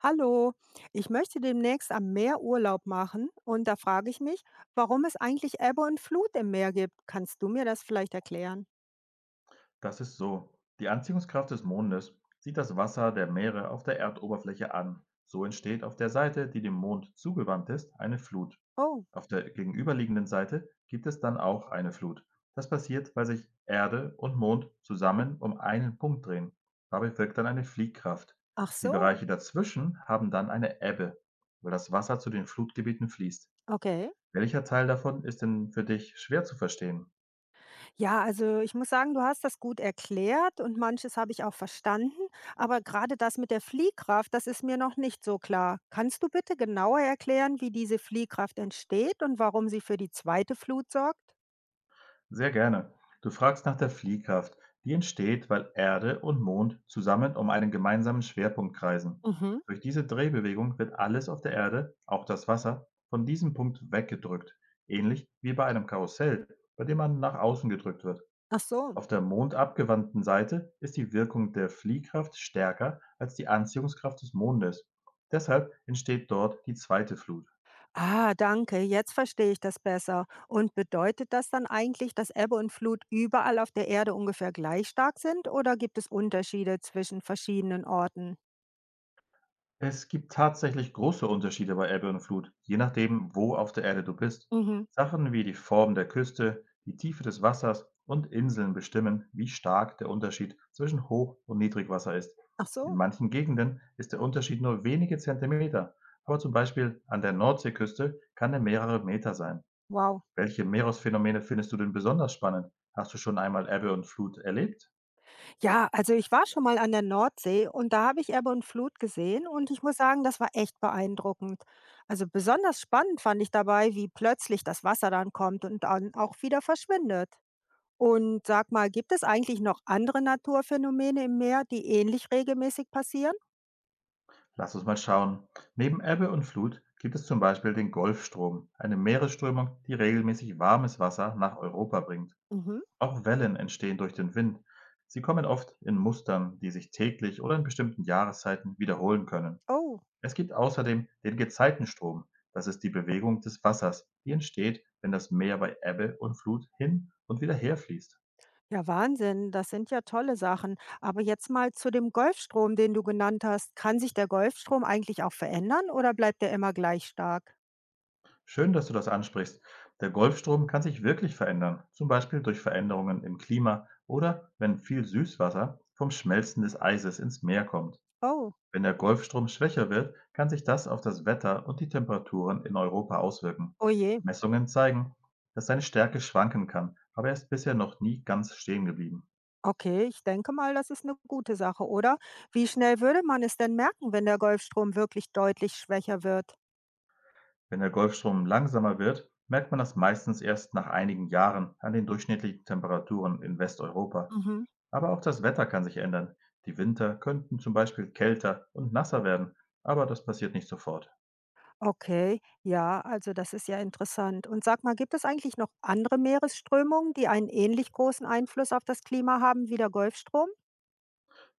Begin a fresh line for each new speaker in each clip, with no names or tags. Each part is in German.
Hallo, ich möchte demnächst am Meer Urlaub machen und da frage ich mich, warum es eigentlich Ebbe und Flut im Meer gibt. Kannst du mir das vielleicht erklären?
Das ist so. Die Anziehungskraft des Mondes zieht das Wasser der Meere auf der Erdoberfläche an. So entsteht auf der Seite, die dem Mond zugewandt ist, eine Flut.
Oh.
Auf der gegenüberliegenden Seite gibt es dann auch eine Flut. Das passiert, weil sich Erde und Mond zusammen um einen Punkt drehen. Dabei wirkt dann eine Fliehkraft.
Ach
Die
so.
Bereiche dazwischen haben dann eine Ebbe, weil das Wasser zu den Flutgebieten fließt.
Okay.
Welcher Teil davon ist denn für dich schwer zu verstehen?
Ja, also ich muss sagen, du hast das gut erklärt und manches habe ich auch verstanden, aber gerade das mit der Fliehkraft, das ist mir noch nicht so klar. Kannst du bitte genauer erklären, wie diese Fliehkraft entsteht und warum sie für die zweite Flut sorgt?
Sehr gerne. Du fragst nach der Fliehkraft. Die entsteht, weil Erde und Mond zusammen um einen gemeinsamen Schwerpunkt kreisen.
Mhm.
Durch diese Drehbewegung wird alles auf der Erde, auch das Wasser, von diesem Punkt weggedrückt. Ähnlich wie bei einem Karussell, bei dem man nach außen gedrückt wird.
Ach so.
Auf der mondabgewandten Seite ist die Wirkung der Fliehkraft stärker als die Anziehungskraft des Mondes. Deshalb entsteht dort die zweite Flut.
Ah, danke. Jetzt verstehe ich das besser. Und bedeutet das dann eigentlich, dass Ebbe und Flut überall auf der Erde ungefähr gleich stark sind oder gibt es Unterschiede zwischen verschiedenen Orten?
Es gibt tatsächlich große Unterschiede bei Ebbe und Flut, je nachdem, wo auf der Erde du bist.
Mhm.
Sachen wie die Form der Küste, die Tiefe des Wassers und Inseln bestimmen, wie stark der Unterschied zwischen Hoch- und Niedrigwasser ist.
Ach
In
so.
manchen Gegenden ist der Unterschied nur wenige Zentimeter, aber zum Beispiel an der Nordseeküste kann er mehrere Meter sein.
Wow.
Welche Meeresphänomene findest du denn besonders spannend? Hast du schon einmal Ebbe und Flut erlebt?
Ja, also ich war schon mal an der Nordsee und da habe ich Ebbe und Flut gesehen und ich muss sagen, das war echt beeindruckend. Also besonders spannend fand ich dabei, wie plötzlich das Wasser dann kommt und dann auch wieder verschwindet. Und sag mal, gibt es eigentlich noch andere Naturphänomene im Meer, die ähnlich regelmäßig passieren?
Lass uns mal schauen. Neben Ebbe und Flut gibt es zum Beispiel den Golfstrom, eine Meeresströmung, die regelmäßig warmes Wasser nach Europa bringt.
Mhm.
Auch Wellen entstehen durch den Wind. Sie kommen oft in Mustern, die sich täglich oder in bestimmten Jahreszeiten wiederholen können.
Oh.
Es gibt außerdem den Gezeitenstrom. Das ist die Bewegung des Wassers, die entsteht, wenn das Meer bei Ebbe und Flut hin und wieder herfließt.
Ja, Wahnsinn, das sind ja tolle Sachen. Aber jetzt mal zu dem Golfstrom, den du genannt hast. Kann sich der Golfstrom eigentlich auch verändern oder bleibt er immer gleich stark?
Schön, dass du das ansprichst. Der Golfstrom kann sich wirklich verändern, zum Beispiel durch Veränderungen im Klima oder wenn viel Süßwasser vom Schmelzen des Eises ins Meer kommt.
Oh.
Wenn der Golfstrom schwächer wird, kann sich das auf das Wetter und die Temperaturen in Europa auswirken.
Oh je.
Messungen zeigen, dass seine Stärke schwanken kann, aber er ist bisher noch nie ganz stehen geblieben.
Okay, ich denke mal, das ist eine gute Sache, oder? Wie schnell würde man es denn merken, wenn der Golfstrom wirklich deutlich schwächer wird?
Wenn der Golfstrom langsamer wird, merkt man das meistens erst nach einigen Jahren an den durchschnittlichen Temperaturen in Westeuropa.
Mhm.
Aber auch das Wetter kann sich ändern. Die Winter könnten zum Beispiel kälter und nasser werden, aber das passiert nicht sofort.
Okay, ja, also das ist ja interessant. Und sag mal, gibt es eigentlich noch andere Meeresströmungen, die einen ähnlich großen Einfluss auf das Klima haben wie der Golfstrom?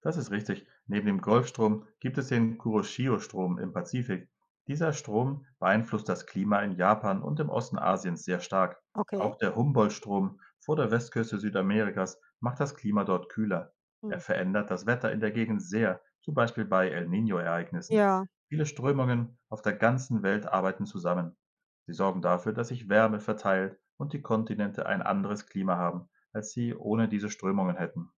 Das ist richtig. Neben dem Golfstrom gibt es den Kuroshio-Strom im Pazifik. Dieser Strom beeinflusst das Klima in Japan und im Osten Asiens sehr stark.
Okay.
Auch der Humboldt-Strom vor der Westküste Südamerikas macht das Klima dort kühler.
Hm.
Er verändert das Wetter in der Gegend sehr, zum Beispiel bei El Niño-Ereignissen.
Ja.
Viele Strömungen auf der ganzen Welt arbeiten zusammen. Sie sorgen dafür, dass sich Wärme verteilt und die Kontinente ein anderes Klima haben, als sie ohne diese Strömungen hätten.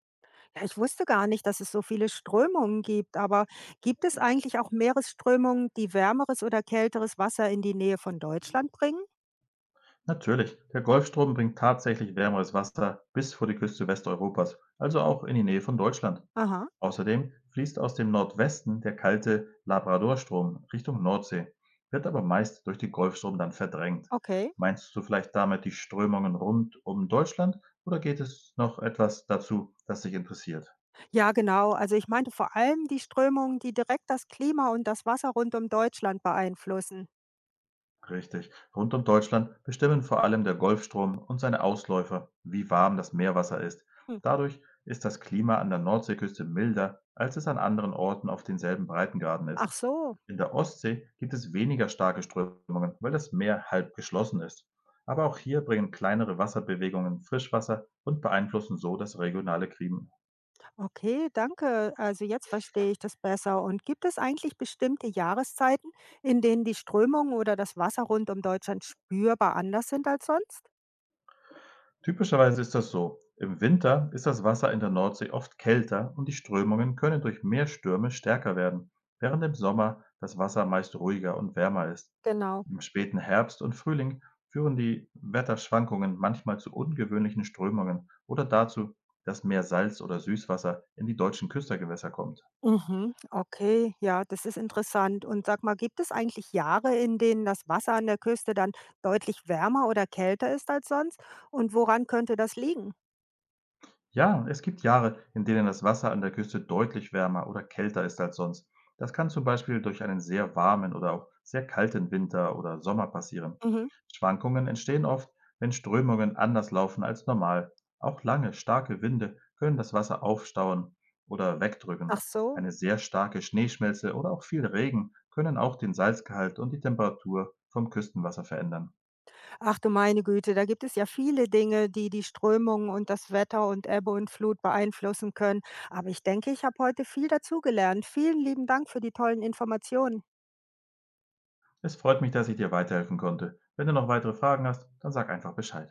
Ja, ich wusste gar nicht, dass es so viele Strömungen gibt, aber gibt es eigentlich auch Meeresströmungen, die wärmeres oder kälteres Wasser in die Nähe von Deutschland bringen?
Natürlich, der Golfstrom bringt tatsächlich wärmeres Wasser bis vor die Küste Westeuropas, also auch in die Nähe von Deutschland.
Aha,
Außerdem fließt aus dem Nordwesten der kalte Labradorstrom Richtung Nordsee, wird aber meist durch den Golfstrom dann verdrängt.
okay.
Meinst du vielleicht damit die Strömungen rund um Deutschland oder geht es noch etwas dazu, das dich interessiert?
Ja, genau. Also ich meinte vor allem die Strömungen, die direkt das Klima und das Wasser rund um Deutschland beeinflussen.
Richtig. Rund um Deutschland bestimmen vor allem der Golfstrom und seine Ausläufer, wie warm das Meerwasser ist.
Hm.
Dadurch ist das Klima an der Nordseeküste milder, als es an anderen Orten auf denselben Breitengraden ist.
Ach so,
In der Ostsee gibt es weniger starke Strömungen, weil das Meer halb geschlossen ist. Aber auch hier bringen kleinere Wasserbewegungen Frischwasser und beeinflussen so das regionale Klima.
okay, danke. Also jetzt verstehe ich das besser. Und gibt es eigentlich bestimmte Jahreszeiten, in denen die Strömungen oder das Wasser rund um Deutschland spürbar anders sind als sonst?
Typischerweise ist das so. Im Winter ist das Wasser in der Nordsee oft kälter und die Strömungen können durch mehr Stürme stärker werden, während im Sommer das Wasser meist ruhiger und wärmer ist.
Genau.
Im späten Herbst und Frühling führen die Wetterschwankungen manchmal zu ungewöhnlichen Strömungen oder dazu, dass mehr Salz- oder Süßwasser in die deutschen Küstergewässer kommt.
Mhm, okay, ja, das ist interessant. Und sag mal, gibt es eigentlich Jahre, in denen das Wasser an der Küste dann deutlich wärmer oder kälter ist als sonst? Und woran könnte das liegen?
Ja, es gibt Jahre, in denen das Wasser an der Küste deutlich wärmer oder kälter ist als sonst. Das kann zum Beispiel durch einen sehr warmen oder auch sehr kalten Winter oder Sommer passieren.
Mhm.
Schwankungen entstehen oft, wenn Strömungen anders laufen als normal. Auch lange, starke Winde können das Wasser aufstauen oder wegdrücken.
Ach so.
Eine sehr starke Schneeschmelze oder auch viel Regen können auch den Salzgehalt und die Temperatur vom Küstenwasser verändern.
Ach du meine Güte, da gibt es ja viele Dinge, die die Strömungen und das Wetter und Ebbe und Flut beeinflussen können. Aber ich denke, ich habe heute viel dazugelernt. Vielen lieben Dank für die tollen Informationen.
Es freut mich, dass ich dir weiterhelfen konnte. Wenn du noch weitere Fragen hast, dann sag einfach Bescheid.